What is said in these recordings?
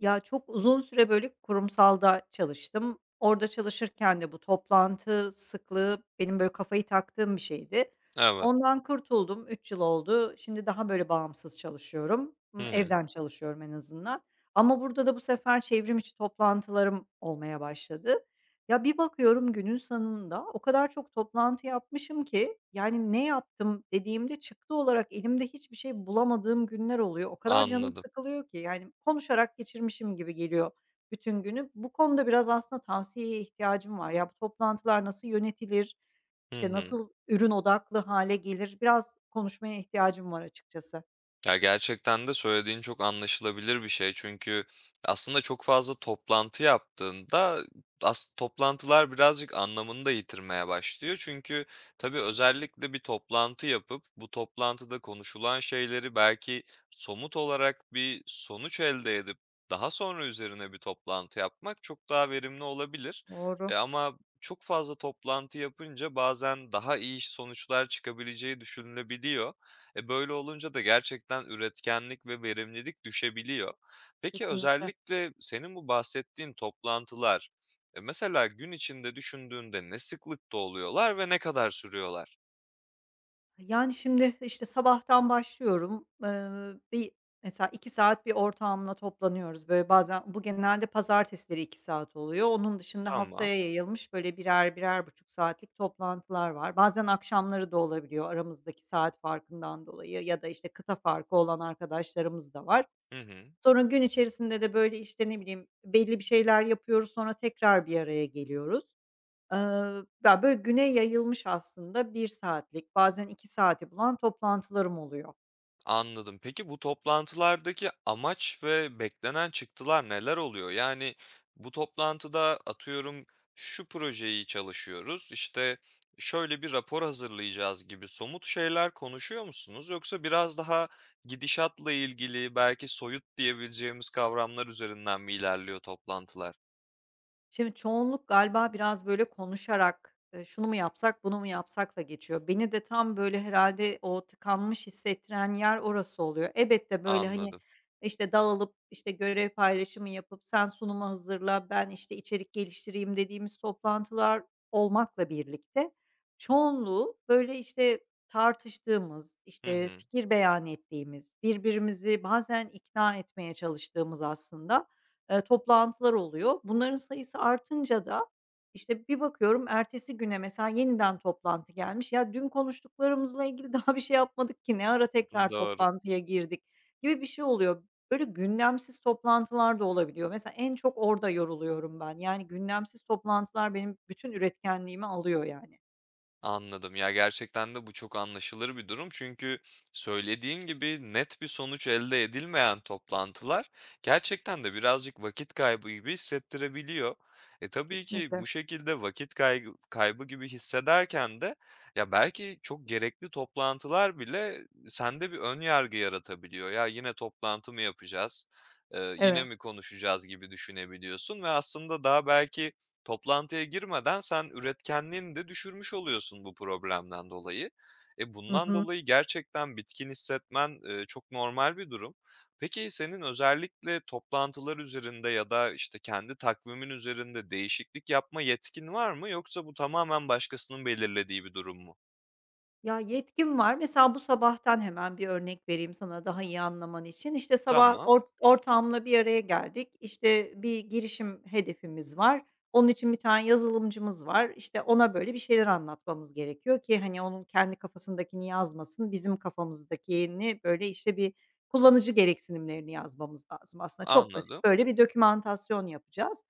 Ya, çok uzun süre, böyle, kurumsalda çalıştım. Orada çalışırken de bu toplantı sıklığı benim, böyle, kafayı taktığım bir şeydi. Evet. Ondan kurtuldum, 3 yıl oldu. Şimdi daha, böyle, bağımsız çalışıyorum. Hı hı. Evden çalışıyorum en azından ama burada da bu sefer çevrim içi toplantılarım olmaya başladı. Ya, bir bakıyorum günün sonunda o kadar çok toplantı yapmışım ki, yani, "Ne yaptım?" dediğimde çıktı olarak elimde hiçbir şey bulamadığım günler oluyor. O kadar canım Anladım. sıkılıyor ki, yani, konuşarak geçirmişim gibi geliyor bütün günü. Bu konuda biraz aslında tavsiyeye ihtiyacım var. Ya, bu toplantılar nasıl yönetilir? Hı İşte, hı. nasıl ürün odaklı hale gelir? Biraz konuşmaya ihtiyacım var açıkçası. Ya, gerçekten de söylediğin çok anlaşılabilir bir şey. Çünkü aslında çok fazla toplantı yaptığında toplantılar birazcık anlamını da yitirmeye başlıyor. Çünkü tabii özellikle bir toplantı yapıp bu toplantıda konuşulan şeyleri belki somut olarak bir sonuç elde edip daha sonra üzerine bir toplantı yapmak çok daha verimli olabilir. Doğru, Ama çok fazla toplantı yapınca bazen daha iyi sonuçlar çıkabileceği düşünülebiliyor. Böyle olunca da gerçekten üretkenlik ve verimlilik düşebiliyor. Peki kesinlikle. özellikle senin bu bahsettiğin toplantılar, mesela gün içinde düşündüğünde ne sıklıkta oluyorlar ve ne kadar sürüyorlar? Yani, şimdi, işte, sabahtan başlıyorum. Bir mesela 2 saat bir ortağımla toplanıyoruz. Böyle, bazen bu genelde pazartesileri 2 saat oluyor. Onun dışında Tamam. haftaya yayılmış, böyle, birer buçuk saatlik toplantılar var. Bazen akşamları da olabiliyor aramızdaki saat farkından dolayı ya da, işte, kıta farkı olan arkadaşlarımız da var. Hı hı. Sonra gün içerisinde de, böyle, işte, ne bileyim, belli bir şeyler yapıyoruz, sonra tekrar bir araya geliyoruz. Eee, ya, böyle güne yayılmış aslında bir saatlik, bazen 2 saati bulan toplantılarım oluyor. Anladım. Peki bu toplantılardaki amaç ve beklenen çıktılar neler oluyor? Yani bu toplantıda atıyorum şu projeyi çalışıyoruz, işte şöyle bir rapor hazırlayacağız gibi somut şeyler konuşuyor musunuz? Yoksa biraz daha gidişatla ilgili belki soyut diyebileceğimiz kavramlar üzerinden mi ilerliyor toplantılar? Şimdi çoğunluk galiba biraz böyle konuşarak, şunu mu yapsak, bunu mu yapsakla geçiyor. Beni de tam böyle herhalde o tıkanmış hissettiren yer orası oluyor. Elbette böyle, hani, Anladım. işte, dağılıp, işte, görev paylaşımı yapıp sen sunumu hazırla, ben, işte, içerik geliştireyim dediğimiz toplantılar olmakla birlikte çoğunluğu böyle, işte, tartıştığımız, Hı işte, hı. fikir beyan ettiğimiz, birbirimizi bazen ikna etmeye çalıştığımız aslında toplantılar oluyor. Bunların sayısı artınca da, işte, bir bakıyorum ertesi güne mesela yeniden toplantı gelmiş. Ya, dün konuştuklarımızla ilgili daha bir şey yapmadık ki ne ara tekrar Doğru. toplantıya girdik gibi bir şey oluyor. Böyle gündemsiz toplantılar da olabiliyor. Mesela en çok orada yoruluyorum ben. Yani gündemsiz toplantılar benim bütün üretkenliğimi alıyor yani. Anladım. Ya, gerçekten de bu çok anlaşılır bir durum. Çünkü söylediğin gibi net bir sonuç elde edilmeyen toplantılar gerçekten de birazcık vakit kaybı gibi hissettirebiliyor. E, tabii ki Kesinlikle. bu şekilde vakit kaybı gibi hissederken de ya, belki çok gerekli toplantılar bile sende bir ön yargı yaratabiliyor. "Ya, yine toplantı mı yapacağız, yine Evet. mi konuşacağız?" gibi düşünebiliyorsun ve aslında daha belki toplantıya girmeden sen üretkenliğini de düşürmüş oluyorsun bu problemden dolayı. E, Hı bundan hı. dolayı gerçekten bitkin hissetmen, çok normal bir durum. Peki senin özellikle toplantılar üzerinde ya da, işte, kendi takvimin üzerinde değişiklik yapma yetkin var mı yoksa bu tamamen başkasının belirlediği bir durum mu? Ya, yetkim var. Mesela bu sabahtan hemen bir örnek vereyim sana daha iyi anlaman için. İşte, sabah Tamam, ortağımla bir araya geldik. İşte, bir girişim hedefimiz var. Onun için bir tane yazılımcımız var. İşte, ona, böyle, bir şeyler anlatmamız gerekiyor ki, hani, onun kendi kafasındakini yazmasın, bizim kafamızdakini, böyle, işte, bir kullanıcı gereksinimlerini yazmamız lazım aslında. Çok basit, anladım. böyle, bir dokümantasyon yapacağız.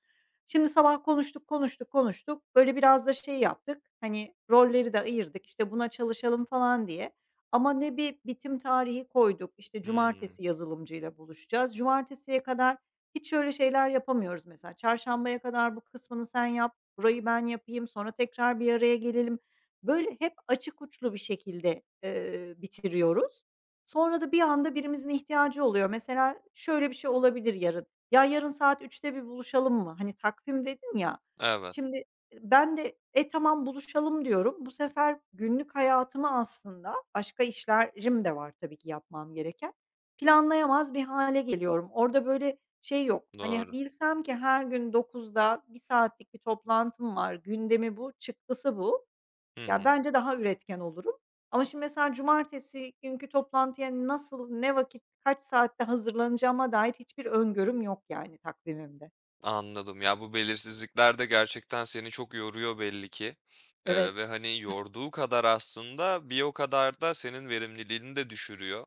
Şimdi sabah konuştuk, konuştuk, konuştuk. Böyle biraz da şey yaptık, hani, rolleri de ayırdık, İşte buna çalışalım falan diye ama ne bir bitim tarihi koyduk, İşte Hımm. cumartesi yazılımcıyla buluşacağız. Cumartesiye kadar hiç öyle şeyler yapamıyoruz mesela. Çarşambaya kadar bu kısmını sen yap, burayı ben yapayım, sonra tekrar bir araya gelelim. Böyle hep açık uçlu bir şekilde, bitiriyoruz. Sonra da bir anda birimizin ihtiyacı oluyor. Mesela şöyle bir şey olabilir yarın. "Ya, yarın saat 3'te bir buluşalım mı?" Hani, takvim dedin ya. Evet, Şimdi ben de, "E, tamam buluşalım." diyorum. Bu sefer günlük hayatımı aslında başka işlerim de var tabii ki yapmam gereken, planlayamaz bir hâle geliyorum. Orada böyle şey yok, hani, doğru. bilsem ki her gün 9'da bir saatlik bir toplantım var, gündemi bu, çıktısı bu. Hı Ya, hı. bence daha üretken olurum ama şimdi mesela cumartesi günkü toplantıya nasıl, ne vakit, kaç saatte hazırlanacağıma dair hiçbir öngörüm yok yani takvimimde. Anladım. Ya, bu belirsizlikler de gerçekten seni çok yoruyor belli ki, ve, Evet. hani, yorduğu kadar aslında bir o kadar da senin verimliliğini de düşürüyor.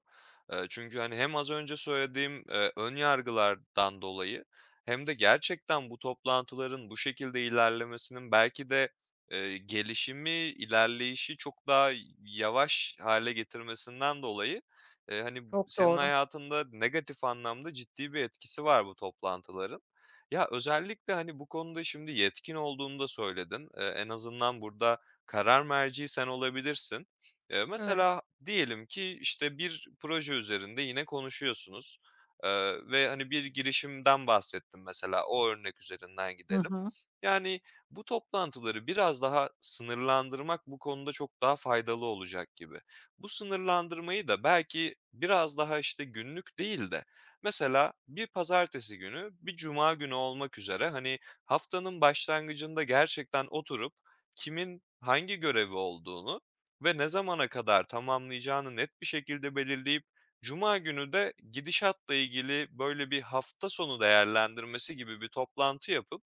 Çünkü, hani, hem az önce söylediğim, ön yargılardan dolayı hem de gerçekten bu toplantıların bu şekilde ilerlemesinin belki de, gelişimi, ilerleyişi çok daha yavaş hale getirmesinden dolayı, hani, Çok senin doğru. hayatında negatif anlamda ciddi bir etkisi var bu toplantıların. Ya, özellikle, hani, bu konuda şimdi yetkin olduğunu da söyledin. En azından burada karar merci sen olabilirsin. Eee, Evet. mesela diyelim ki, işte, bir proje üzerinde yine konuşuyorsunuz, ve, hani, bir girişimden bahsettim mesela, o örnek üzerinden Hı gidelim. hı. Yani, bu toplantıları biraz daha sınırlandırmak bu konuda çok daha faydalı olacak gibi. Bu sınırlandırmayı da belki biraz daha, işte, günlük değil de mesela bir pazartesi günü, bir cuma günü olmak üzere, hani, haftanın başlangıcında gerçekten oturup kimin hangi görevi olduğunu ve ne zamana kadar tamamlayacağını net bir şekilde belirleyip cuma günü de gidişatla ilgili, böyle, bir hafta sonu değerlendirmesi gibi bir toplantı yapıp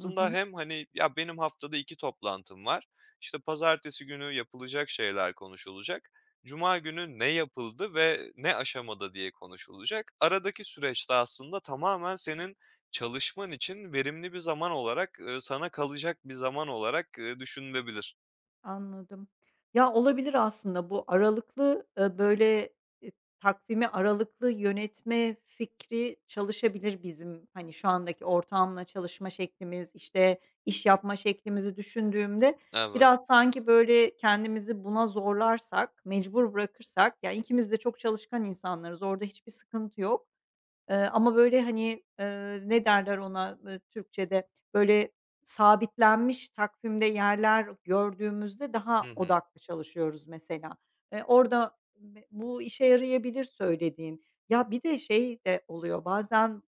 Hı hı. hem, hani, "Ya, benim haftada 2 toplantım var, işte, pazartesi günü yapılacak şeyler konuşulacak." Cuma günü ne yapıldı ve ne aşamada diye konuşulacak. Aradaki süreçte aslında tamamen senin çalışman için verimli bir zaman olarak, sana kalacak bir zaman olarak, düşünülebilir. Anladım. Ya, olabilir aslında bu aralıklı, böyle, eee, takvimi aralıklı yönetme fikri çalışabilir bizim, hani, şu andaki ortamla çalışma şeklimiz, işte, iş yapma şeklimizi düşündüğümde Evet. biraz sanki, böyle, kendimizi buna zorlarsak, mecbur bırakırsak, yani ikimiz de çok çalışkan insanlarız, orada hiçbir sıkıntı yok. Ama böyle, hani, ne derler ona, Türkçe'de? Böyle, sabitlenmiş takvimde yerler gördüğümüzde daha Hı hı. odaklı çalışıyoruz mesela. Orada bu işe yarayabilir söylediğin. Ya, bir de şey de oluyor bazen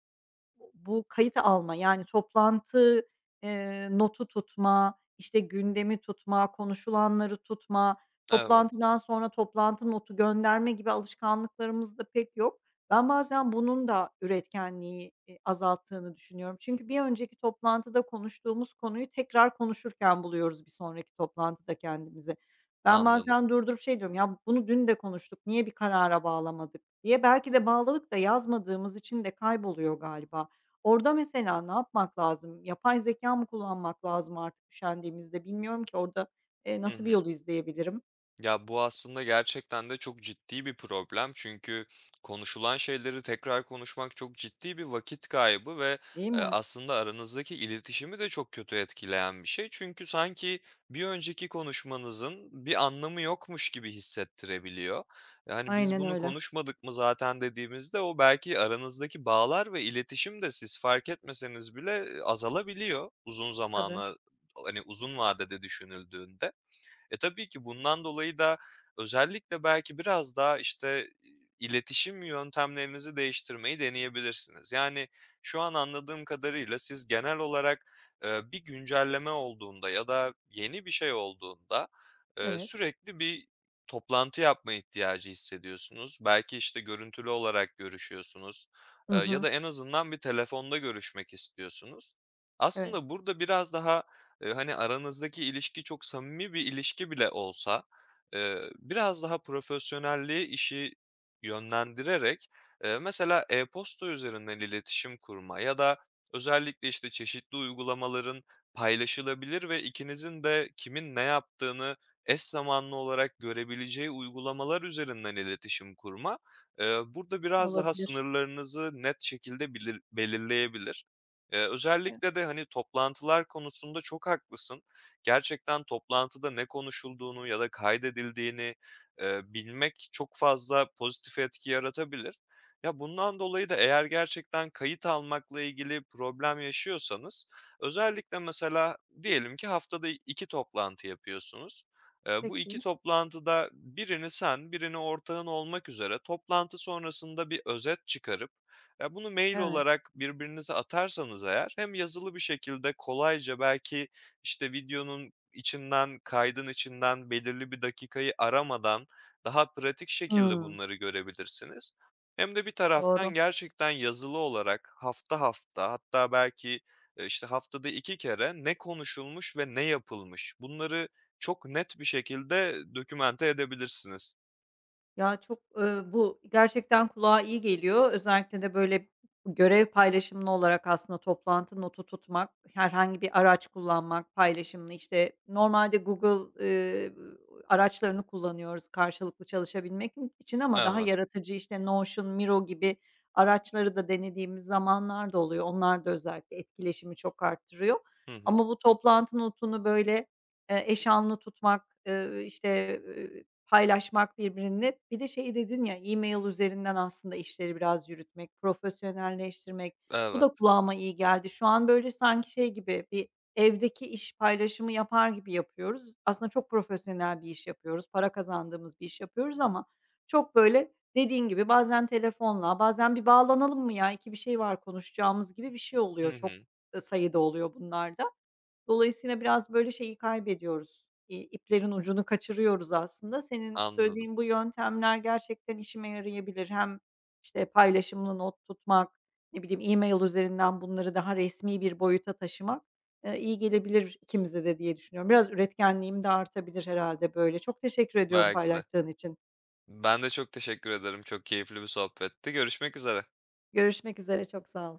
bu kayıt alma, yani toplantı, notu tutma, işte, gündemi tutma, konuşulanları tutma, Evet, toplantıdan sonra toplantı notu gönderme gibi alışkanlıklarımızda pek yok. Ben bazen bunun da üretkenliği, azalttığını düşünüyorum. Çünkü bir önceki toplantıda konuştuğumuz konuyu tekrar konuşurken buluyoruz bir sonraki toplantıda kendimizi. Ben anladım. bazen durdurup şey diyorum, "Ya, bunu dün de konuştuk, niye bir karara bağlamadık?" diye. Belki de bağladık da yazmadığımız için de kayboluyor galiba. Orada mesela ne yapmak lazım? Yapay zekâ mı kullanmak lazım artık üşendiğimizde? Bilmiyorum ki orada, Hı nasıl bir hı. yolu izleyebilirim, Ya, bu aslında gerçekten de çok ciddi bir problem. Çünkü konuşulan şeyleri tekrar konuşmak çok ciddi bir vakit kaybı ve, değil mi? aslında aranızdaki iletişimi de çok kötü etkileyen bir şey. Çünkü sanki bir önceki konuşmanızın bir anlamı yokmuş gibi hissettirebiliyor. Yani, "Biz Aynen bunu öyle. konuşmadık mı zaten?" dediğimizde o belki aranızdaki bağlar ve iletişim de siz fark etmeseniz bile, azalabiliyor uzun Tabii, zamana, hani, uzun vadede düşünüldüğünde. E, tabii ki bundan dolayı da özellikle belki biraz daha, işte, iletişim yöntemlerinizi değiştirmeyi deneyebilirsiniz. Yani, şu an anladığım kadarıyla siz genel olarak, bir güncelleme olduğunda ya da yeni bir şey olduğunda, evet. sürekli bir toplantı yapma ihtiyacı hissediyorsunuz. Belki, işte, görüntülü olarak görüşüyorsunuz, Hı ya hı. da en azından bir telefonda görüşmek istiyorsunuz. Evet, Aslında burada biraz daha hani, aranızdaki ilişki çok samimi bir ilişki bile olsa, biraz daha profesyonelliği işi yönlendirerek, mesela e-posta üzerinden iletişim kurma ya da özellikle, işte, çeşitli uygulamaların paylaşılabilir ve ikinizin de kimin ne yaptığını eş zamanlı olarak görebileceği uygulamalar üzerinden iletişim kurma, burada biraz daha olabilir. sınırlarınızı net şekilde belirleyebilir. Eee, E özellikle de, hani, toplantılar konusunda çok haklısın. Gerçekten toplantıda ne konuşulduğunu ya da kaydedildiğini, bilmek çok fazla pozitif etki yaratabilir. Ya, bundan dolayı da eğer gerçekten kayıt almakla ilgili problem yaşıyorsanız özellikle mesela diyelim ki haftada 2 toplantı yapıyorsunuz. Bu 2 peki. toplantıda birini sen, birini ortağın olmak üzere toplantı sonrasında bir özet çıkarıp ya, bunu mail Evet. olarak birbirinize atarsanız eğer hem yazılı bir şekilde kolayca belki, işte, videonun içinden, kaydın içinden belirli bir dakikayı aramadan daha pratik şekilde Hımm. bunları görebilirsiniz. Hem de bir taraftan Doğru. gerçekten yazılı olarak hafta hafta hatta belki, işte, haftada 2 kere ne konuşulmuş ve ne yapılmış bunları çok net bir şekilde dokümante edebilirsiniz. Ya, çok, bu gerçekten kulağa iyi geliyor. Özellikle de, böyle, görev paylaşımlı olarak aslında toplantı notu tutmak, herhangi bir araç kullanmak paylaşımlı, işte, normalde Google, araçlarını kullanıyoruz karşılıklı çalışabilmek için ama daha Evet. yaratıcı, işte, Notion, Miro gibi araçları da denediğimiz zamanlar da oluyor. Onlar da özellikle etkileşimi çok arttırıyor Hı hı. ama bu toplantı notunu, böyle, eş anlı tutmak, işte, paylaşmak birbirinle. Bir de şey dedin ya, e-mail üzerinden aslında işleri biraz yürütmek, profesyonelleştirmek. Bu Evet. da kulağıma iyi geldi. Şu an böyle sanki şey gibi bir evdeki iş paylaşımı yapar gibi yapıyoruz. Aslında çok profesyonel bir iş yapıyoruz, para kazandığımız bir iş yapıyoruz ama çok böyle dediğin gibi bazen telefonla, bazen "Bir bağlanalım mı ya? İki bir şey var konuşacağımız." gibi bir şey oluyor. Hı Çok, hı. Sayıda oluyor bunlar da. Dolayısıyla biraz, böyle, şeyi kaybediyoruz, iplerin ucunu kaçırıyoruz aslında. Senin Anladım. söylediğin bu yöntemler gerçekten işime yarayabilir. Hem, işte, paylaşımlı not tutmak, ne bileyim, e-mail üzerinden bunları daha resmi bir boyuta taşımak, iyi gelebilir ikimize de diye düşünüyorum. Biraz üretkenliğim de artabilir herhalde böyle. Çok teşekkür ediyorum Belki de. paylaştığın için. Ben de çok teşekkür ederim. Çok keyifli bir sohbetti. Görüşmek üzere. Görüşmek üzere, çok sağ ol.